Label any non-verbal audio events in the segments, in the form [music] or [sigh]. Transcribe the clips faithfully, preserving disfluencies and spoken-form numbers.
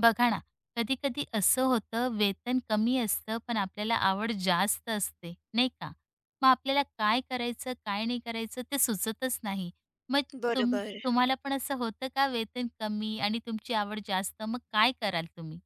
बघा ना, कधी-कधी असं होतं वेतन कमी असतं, पण आपल्याला आवड जास्त असते, नाही का? मग आपल्याला काय करायचं, काय नाही करायचं ते सुचतच नाही. मग तुम बरोबर. तुम्हाला पण असं होतं का वेतन कमी आणि तुमची आवड जास्त, मग काय कराल तुम्ही?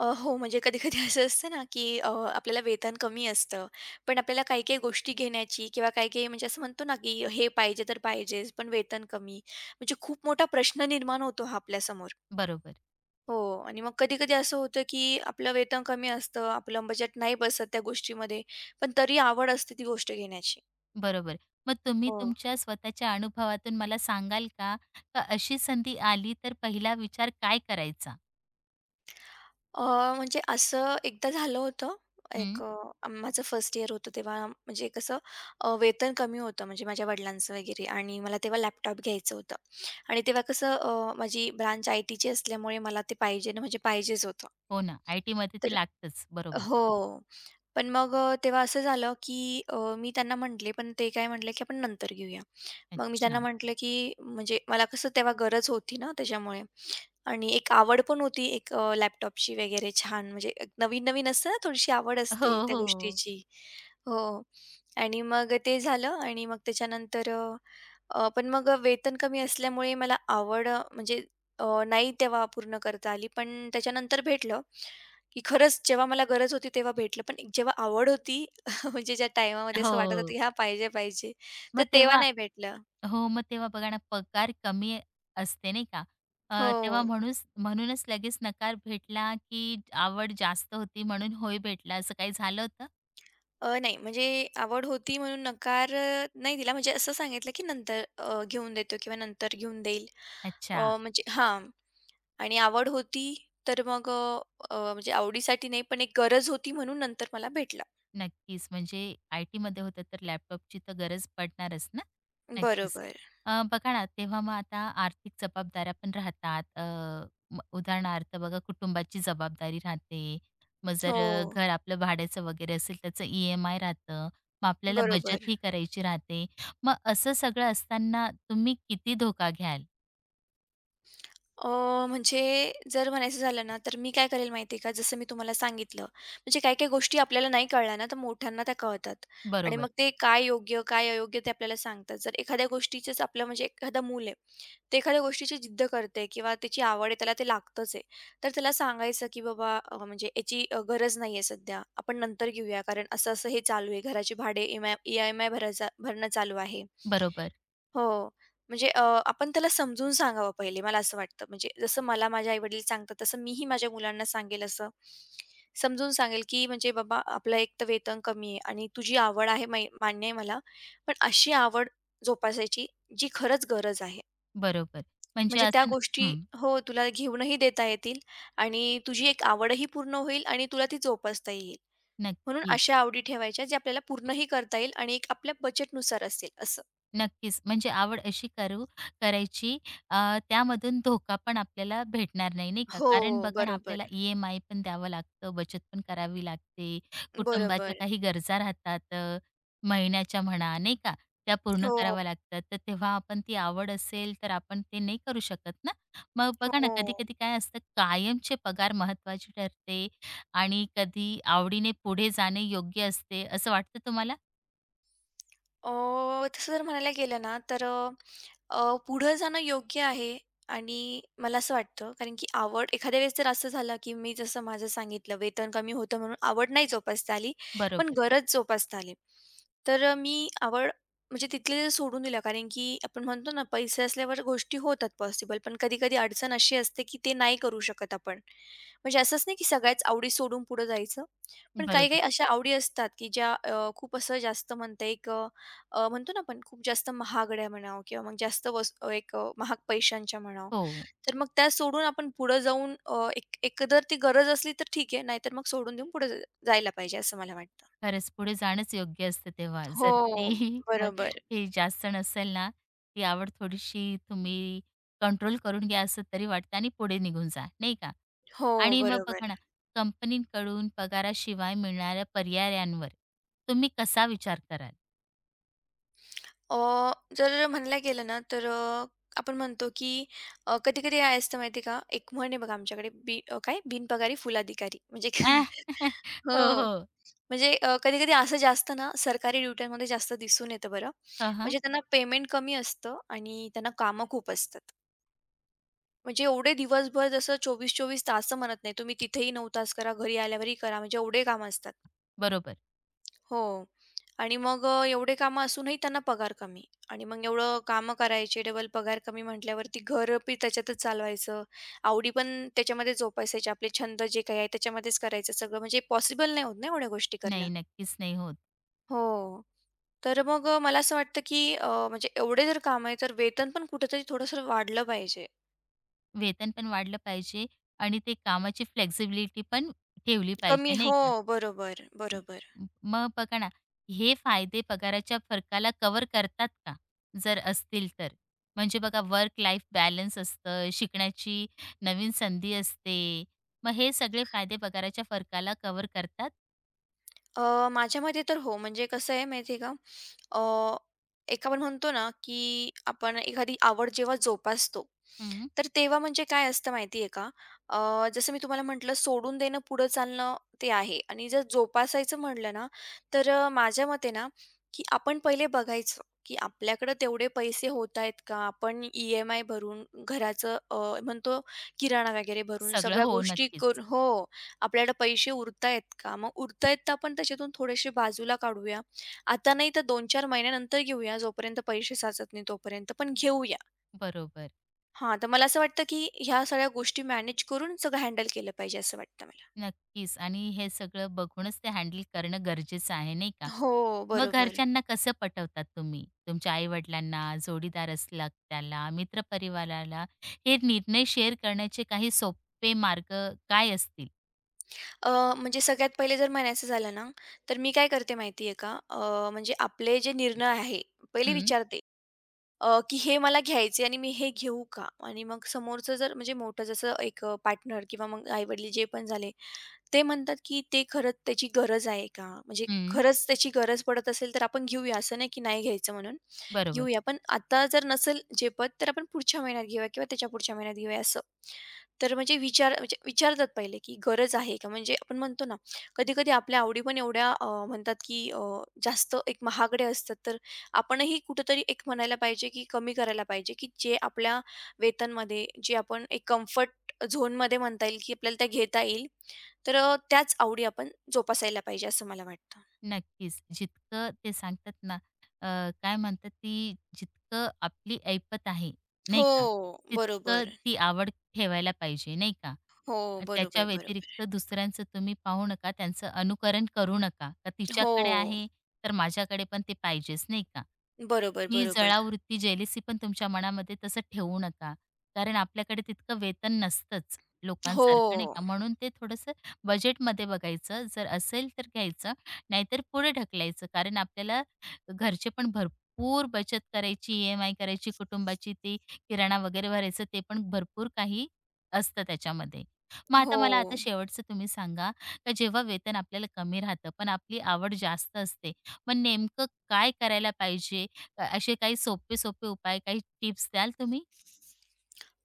अ, हो, म्हणजे कधी-कधी असं असतं ना, की अ, आपल्याला वेतन कमी असतं, पण आपल्याला काही-काही गोष्टी घेण्याची किंवा काही-काही म्हणजे असं म्हणतो ना, की हे पाहिजे तर पाहिजेच, पण वेतन कमी. म्हणजे खूप मोठा प्रश्न निर्माण होतो हा आपल्यासमोर. बरोबर, हो. आणि मग कधी-कधी असं होतं, की आपलं वेतन कमी असतं, आपलं बजेट नाही बसत त्या गोष्टीमध्ये, पण तरी आवड असते ती गोष्ट घेण्याची. बरोबर. मग तुम्ही हो. तुमच्या स्वतःच्या अनुभवातून मला सांगाल का? का अशी संधी आली तर पहिला विचार काय करायचा? अ, म्हणजे असं एकदा झालं होतं. एक हं, अ, माझं फर्स्ट इयर होतं तेव्हा म्हणजे कसं. अ, वेतन कमी होतं म्हणजे माझ्या वडिलांचं वगैरे आणि मला तेव्हा लॅपटॉप घ्यायचं होतं आणि तेव्हा कसं, अ, माझी ब्रांच आय-टीची असल्यामुळे मला ते पाहिजे ना म्हणजे पाहिजेच होतं. हो ना, आय-टीमध्ये ती लागतंच. बरोबर. हो. पण मग अ, तेव्हा असं झालं, की अ, मी त्यांना म्हटले, पण ते काय म्हटले, की "आपण नंतर घेऊया." मग मी त्यांना अच्छा. म्हटलं, की म्हणजे मला कसं तेव्हा गरज होती ना त्याच्यामुळे आणि एक आवड पण होती एक अ, लॅपटॉपची वगैरे छान म्हणजे नवीन-नवीन असतं ना थोडीशी आवड हो, असते त्या हो. गोष्टीची. हो. आणि मग ते झालं आणि मग त्याच्यानंतर अ, अ, पण मग वेतन कमी असल्यामुळे मला आवड अ, म्हणजे अ, नाही तेव्हा पूर्ण करता आली. पण त्याच्यानंतर भेटलं, की खरंच जेव्हा मला गरज होती तेव्हा भेटलं. पण एक जेव्हा आवड होती [laughs] म्हणजे ज्या टाईमामध्ये असं वाटत होतं, हो. की हां, पाहिजे, पाहिजे, तर मग तेव्हा तेव्हा नाही भेटलं. हो, मग तेव्हा बघा ना पगार कमी असते नाही का? अ, हो. तेव्हा म्हणूस म्हणूनच लगेच नकार भेटला की आवड जास्त होती म्हणून होय भेटला असं काही झालं होतं? अ, नाही म्हणजे आवड होती म्हणून नकार अ, नाही दिला. म्हणजे असं सांगितलं, की नंतर अ, घेऊन देतो किंवा नंतर घेऊन देईल. अ, अच्छा. म्हणजे हां. आणि आवड होती तर मग अ, अ, म्हणजे आवडीसाठी नाही, पण एक गरज होती म्हणून नंतर मला भेटलं. नक्कीच. म्हणजे आय-टीमध्ये होतं तर लॅपटॉपची तर गरज पडणारच ना? नक्कीच. बरोबर. अ, बघा ना, तेव्हा मग आता आर्थिक जबाबदाऱ्या पण राहतात. अ, म उदाहरणार्थ बघा कुटुंबाची जबाबदारी राहते. मग जर अ, हो, घर आपलं भाड्याचं वगैरे असेल त्याचं ई एम आय राहतं. मग आपल्याला बरोबर. बचतही करायची राहते. मग असं सगळं असताना तुम्ही किती धोका घ्याल? अ, म्हणजे जर म्हणायचं झालं ना, तर मी काय करेल माहिती आहे का, जसं मी तुम्हाला सांगितलं, म्हणजे काही-काही गोष्टी आपल्याला नाही कळल्या ना, तर मोठ्यांना त्या कळतात आणि बरोबर, मग ते काय योग्य, काय अयोग्य ते आपल्याला सांगतात. जर एखाद्या गोष्टीचंच आपलं म्हणजे एखादं मूल आहे, ते एखाद्या गोष्टीची जिद्द करतंय किंवा त्याची आवड आहे, त्याला ते लागतंच आहे, तर त्याला सांगायचं की "बाबा अ, म्हणजे याची अ, गरज नाही आहे सध्या. आपण नंतर घेऊया कारण असं-असं हे चालू आहे. घराची भाडे ईम ई-एम-आय भरायचा भरणं चालू आहे." बरोबर, हो. म्हणजे अ, आपण त्याला समजून सांगावं पहिले मला असं वाटतं. म्हणजे जसं मला माझे आई-वडील सांगतात तसं मीही माझ्या मुलांना सांगेल असं. समजून सांगेल, की म्हणजे "बाबा आपलं एक तर वेतन कमी आहे आणि तुझी आवड आहे मै मान्य आहे मला. पण अशी आवड जोपासायची जी खरंच गरज आहे. बरोबर. म्हणजे म्हणजे त्या असं न- गोष्टी हं, हो, तुला घेऊनही देता येतील आणि तुझी एक आवडही पूर्ण होईल आणि तुला ती जोपासता येईल. म्हणून नक्कीच. अशा आवडी ठेवायच्या जे आपल्याला पूर्णही करता येईल आणि एक आपल्या बजेटनुसार असेल." असं. नक्कीच. म्हणजे आवड अशी करू करायची अ, त्यामधून धोका पण आपल्याला भेटणार नाही, नाही का? कारण हो, बघा ना, आपल्याला बरोबर. ई एम आय पण द्यावं लागतं, बचत पण करावी लागते, कुटुंबाच्या बरोबर. काही गरजा राहतात अ, महिन्याच्या म्हणा, नाही का? त्या पूर्ण हो, कराव्या लागतात. तर तेव्हा आपण ती आवड असेल तर आपण ते नाही करू शकत ना. मग बघा ना, हो. कधी-कधी काय असतं, कायमचे पगार महत्त्वाचे ठरते आणि कधी आवडीने पुढे जाणे योग्य असते, असं वाटतं तुम्हाला? अ, तसं जर म्हणायला गेलं ना तर अ, अ, पुढं जाणं योग्य आहे आणि मला असं वाटतं कारण की आवड एखाद्या वेळेस जर असं झालं की मी जसं माझं सांगितलं वेतन कमी होतं म्हणून आवड नाही जोपासता आली पण बरोबर, गरज जोपासता आली. तर मी आवड म्हणजे तिथले जे सोडून दिलं कारण की आपण म्हणतो ना पैसे असल्यावर गोष्टी होतात पॉसिबल पण कधी-कधी अडचण अशी असते की ते नाही करू शकत आपण. म्हणजे असंच नाही की सगळ्याच आवडी सोडून पुढे जायचं. पण बरोबर. काही-काही अशा आवडी असतात की ज्या अ, खूप असं जास्त म्हणता येईल. अ, म्हणतो ना आपण खूप जास्त महागड्या म्हणावं किंवा मग जास्त वस अ, एक अ, महाग पैशांच्या म्हणावं. हो. तर मग त्या सोडून आपण पुढे जाऊन अ, एक एकंदर ती गरज असली तर ठीक आहे, नाहीतर मग सोडून देऊन पुढे जायला पाहिजे असं मला वाटतं. खरंच पुढे जाणंच योग्य असतं तेव्हा. जर ती हो, [laughs] अ, बरोबर. हे जास्त नसेल ना, ती आवड थोडीशी तुम्ही कंट्रोल करून घ्या असं तरी वाटतं आणि पुढे निघून जा, नाही का? हो, आणि मग बरोबर. बघा ना, कंपनीकडून पगाराशिवाय मिळणाऱ्या पर्यायांवर तुम्ही कसा विचार कराल? अ, जर म्हणायला गेलं ना तर अ, आपण म्हणतो की अ, कधी-कधी काय असतं माहिती का, एक म्हण आहे बघा आमच्याकडे बी अ, काय बिनपगारी फुलाधिकारी म्हणजे आह, [laughs] [laughs] हो, हो. हो. म्हणजे कधी-कधी असं जास्त ना सरकारी ड्युट्यांमध्ये जास्त दिसून येतं बरं. हां, हां. म्हणजे त्यांना पेमेंट कमी असतं आणि त्यांना कामं खूप असतात. म्हणजे एवढे दिवसभर जसं चोवीस चोवीस तास म्हणत नाही, तुम्ही तिथेही नऊ तास करा, घरी आल्यावरही करा, म्हणजे एवढे कामं असतात. बरोबर. हो. आणि मग अ, एवढे कामं असूनही त्यांना पगार कमी आणि मग एवढं कामं करायचे, डबल पगार कमी म्हटल्यावरती घर बी त्याच्यातच चालवायचं, आवडी पण त्याच्यामध्ये जोपासायचे, आपले छंद जे काही आहे त्याच्यामध्येच करायचं सगळं, म्हणजे पॉसिबल नाही होत ना एवढ्या गोष्टी करणं. नाही, नक्कीच नाही होत. हो. तर मग अ, मला असं वाटतं की अ, म्हणजे एवढे जर काम आहे, तर वेतन पण कुठेतरी थोडंसं वाढलं पाहिजे. वेतन पण वाढलं पाहिजे आणि ते कामाची फ्लेक्सिबिलिटी पण ठेवली कमी पाहिजे, नाही हो, बरोबर, बरोबर. मग बघा ना, हे फायदे पगाराच्या फरकाला कव्हर करतात का? जर असतील तर? म्हणजे बघा वर्क लाईफ बॅलन्स असतं, शिकण्याची नवीन संधी असते. मग हे सगळे फायदे पगाराच्या फरकाला कव्हर करतात? अ, माझ्या मते तर हो. म्हणजे कसं आहे माहिती आहे का, अ, एक आपण म्हणतो ना, की आपण एखादी आवड जेव्हा जोपासतो, हं. तर तेव्हा म्हणजे काय असतं माहिती आहे का, अ, जसं मी तुम्हाला म्हटलं सोडून देणं, पुढं चालणं ते आहे आणि जर जोपासायचं म्हटलं ना, तर अ, माझ्या मते ना, की आपण पहिले बघायचं, की आपल्याकडे तेवढे पैसे होत आहेत का? आपण ई-एम-आय भरून घराचं अ, म्हणतो किराणा वगैरे भरून सगळं सगळ्या हो, गोष्टी नक्कीच. करून हो. आपल्याकडे पैसे उरतायत का? मग उरतायत तर आपण त्याच्यातून थोडेसे बाजूला काढूया. आता नाही तर दोन चार महिन्यानंतर घेऊया, जोपर्यंत पैसे साचत नाही तोपर्यंत, पण घेऊया. बरोबर. हां, तर मला असं वाटतं, की ह्या सगळ्या गोष्टी मॅनेज करून सगळं हँडल केलं पाहिजे असं वाटतं मला. नक्कीच. आणि हे सगळं बघूनच ते हँडल करणं गरजेचं आहे, नाही का? हो, हं. मग बरोबर. घरच्यांना कसं पटवतात तुम्ही? तुमच्या आई-वडिलांना, जोडीदार असला त्याला, मित्रपरिवाराला हे निर्णय शेअर करण्याचे काही सोपे मार्ग काय असतील? अ, म्हणजे सगळ्यात पहिले जर म्हणायचं झालं ना, तर मी काय करते माहिती आहे का? अ, म्हणजे आपले जे निर्णय आहे, पहिले हं, विचारते, अ, की हे मला घ्यायचे आणि मी हे घेऊ का? आणि मग समोरचं जर म्हणजे मोठं जसं एक पार्टनर किंवा मग आई जे पण झाले, ते म्हणतात की ते खरंच त्याची गरज आहे का? म्हणजे हं. खरंच त्याची गरज पडत असेल तर आपण घेऊया, असं नाही की नाही घ्यायचं म्हणून. बरोबर. घेऊया, पण आता जर नसेल झेपत तर आपण पुढच्या महिन्यात घेऊया किंवा त्याच्या पुढच्या महिन्यात घेऊया असं. तर म्हणजे विचार म्हणजे विचारतात पहिले की गरज आहे का? म्हणजे आपण म्हणतो ना, कधी-कधी आपल्या आवडी पण एवढ्या अ, म्हणतात की अ, जास्त एक महागड्या असतात, तर आपणही कुठेतरी एक म्हणायला पाहिजे की कमी करायला पाहिजे की जे आपल्या वेतनमध्ये जे आपण एक कम्फर्ट झोनमध्ये म्हणता येईल की आपल्याला त्या घेता येईल. तर अ, त्याच आवडी आपण जोपासायला पाहिजे असं मला वाटतं. नक्कीच. जितकं ते सांगतात ना, अ, काय म्हणतात ती जितकं आपली ऐपत आहे, नाही का, हो, तितकं बरोबर. ती आवड ठेवायला पाहिजे, नाही का? हो, अ, बरोबर, त्याच्या बरोबर. व्यतिरिक्त दुसऱ्यांचं तुम्ही पाहू नका, त्यांचं अनुकरण करू नका. का तिच्याकडे हो, आहे, तर माझ्याकडे पण ते पाहिजेच, नाही का? बरोबर, ती बरोबर. जळावृत्ती, जेलसी पण तुमच्या मनामध्ये तसं ठेवू नका. कारण आपल्याकडे तितकं वेतन नसतंच हो, लोकांसारखं, नाही का? म्हणून ते थोडंसं बजेटमध्ये बघायचं, जर असेल तर घ्यायचं नाहीतर पुढे ढकलायचं. कारण आपल्याला घरचे पण भरपूर बचत करायची, ई एम आय करायची, कुटुंबाची ती किराणा वगैरे भरायचं ते पण भरपूर काही असतं त्याच्यामध्ये. मग आता हो. मला आता शेवटचं तुम्ही सांगा, का जेव्हा वेतन आपल्याला कमी राहतं, पण आपली आवड जास्त असते, मग नेमकं काय करायला पाहिजे? अ, असे काही सोपे-सोपे उपाय, काही टिप्स द्याल तुम्ही?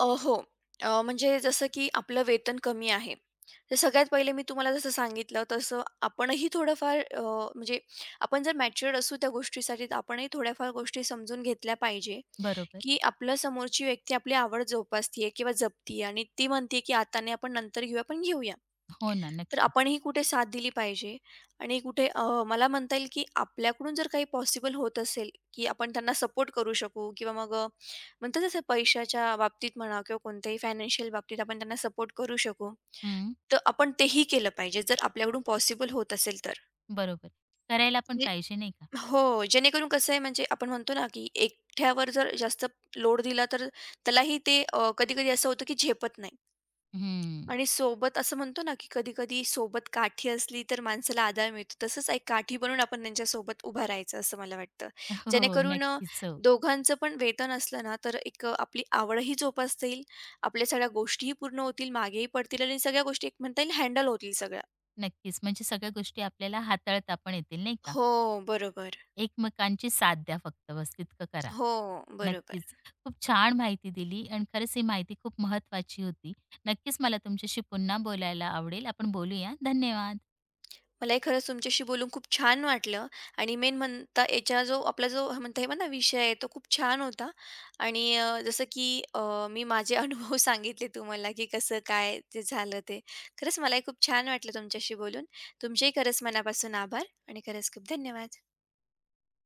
अ, हो. अ, म्हणजे जसं की आपलं वेतन कमी आहे. तर सगळ्यात पहिले मी तुम्हाला जसं सांगितलं तसं आपणही थोडंफार अ, म्हणजे आपण जर मॅच्युअर्ड असू त्या गोष्टीसाठी तर आपणही थोड्याफार गोष्टी समजून घेतल्या पाहिजे, बरोबर. की आपल्या समोरची व्यक्ती आपली आवड जोपासतीये किंवा जपतीये आणि ती म्हणते की आता नाही आपण नंतर घेऊया, पण घेऊया. हो ना, तर नक्कीच. आपणही कुठे साथ दिली पाहिजे आणि कुठे अ, मला म्हणता येईल की आपल्याकडून जर काही पॉसिबल होत असेल, की आपण त्यांना सपोर्ट करू शकू किंवा मग म्हणतात तसं पैशाच्या बाबतीत म्हणा किंवा कोणत्याही फायनान्शियल बाबतीत आपण त्यांना सपोर्ट करू शकू. हं, तर आपण तेही केलं पाहिजे जर आपल्याकडून पॉसिबल होत असेल तर. बरोबर. करायला पण म्हणजे पाहिजे नाही का? हो, जेणेकरून कसं आहे म्हणजे आपण म्हणतो ना, की एकट्यावर जर जास्त लोड दिला तर त्यालाही ते अ, कधी-कधी असं होतं की झेपत नाही. हं. आणि सोबत असं म्हणतो ना, की कधी-कधी सोबत काठी असली तर माणसाला आधार मिळतो. तसंच एक काठी बनून आपण त्यांच्यासोबत उभं राहायचं असं मला वाटतं. [laughs] हो, जेणेकरून अ, नक्कीच. हो. दोघांचं पण वेतन असलं ना, तर एक अ, आपली आवडही जोपासता येईल, आपल्या सगळ्या गोष्टीही पूर्ण होतील, मागेही पडतील आणि सगळ्या गोष्टी एक म्हणता येईल हँडल होतील सगळ्या. नक्कीच. म्हणजे सगळ्या गोष्टी आपल्याला हाताळता पण येतील नाही का? हो, बरोबर. एकमेकांची साथ द्या फक्त बस तितकं करा. हो, नक्कीच. बरोबर. खूप छान माहिती दिली आणि खरंच ही माहिती खूप महत्वाची होती. नक्कीच मला तुमच्याशी पुन्हा बोलायला आवडेल. आपण बोलूया. धन्यवाद. मलाही खरंच तुमच्याशी बोलून खूप छान वाटलं आणि मेन म्हणता याचा जो आपला जो म्हणता येईल ना विषय आहे तो खूप छान होता आणि अ, जसं की अ, मी माझे [laughs] अनुभव सांगितले तुम्हाला की कसं काय ते झालं ते. खरंच मलाही खूप छान वाटलं तुमच्याशी बोलून. तुमचेही खरंच मनापासून आभार आणि खरंच खूप धन्यवाद.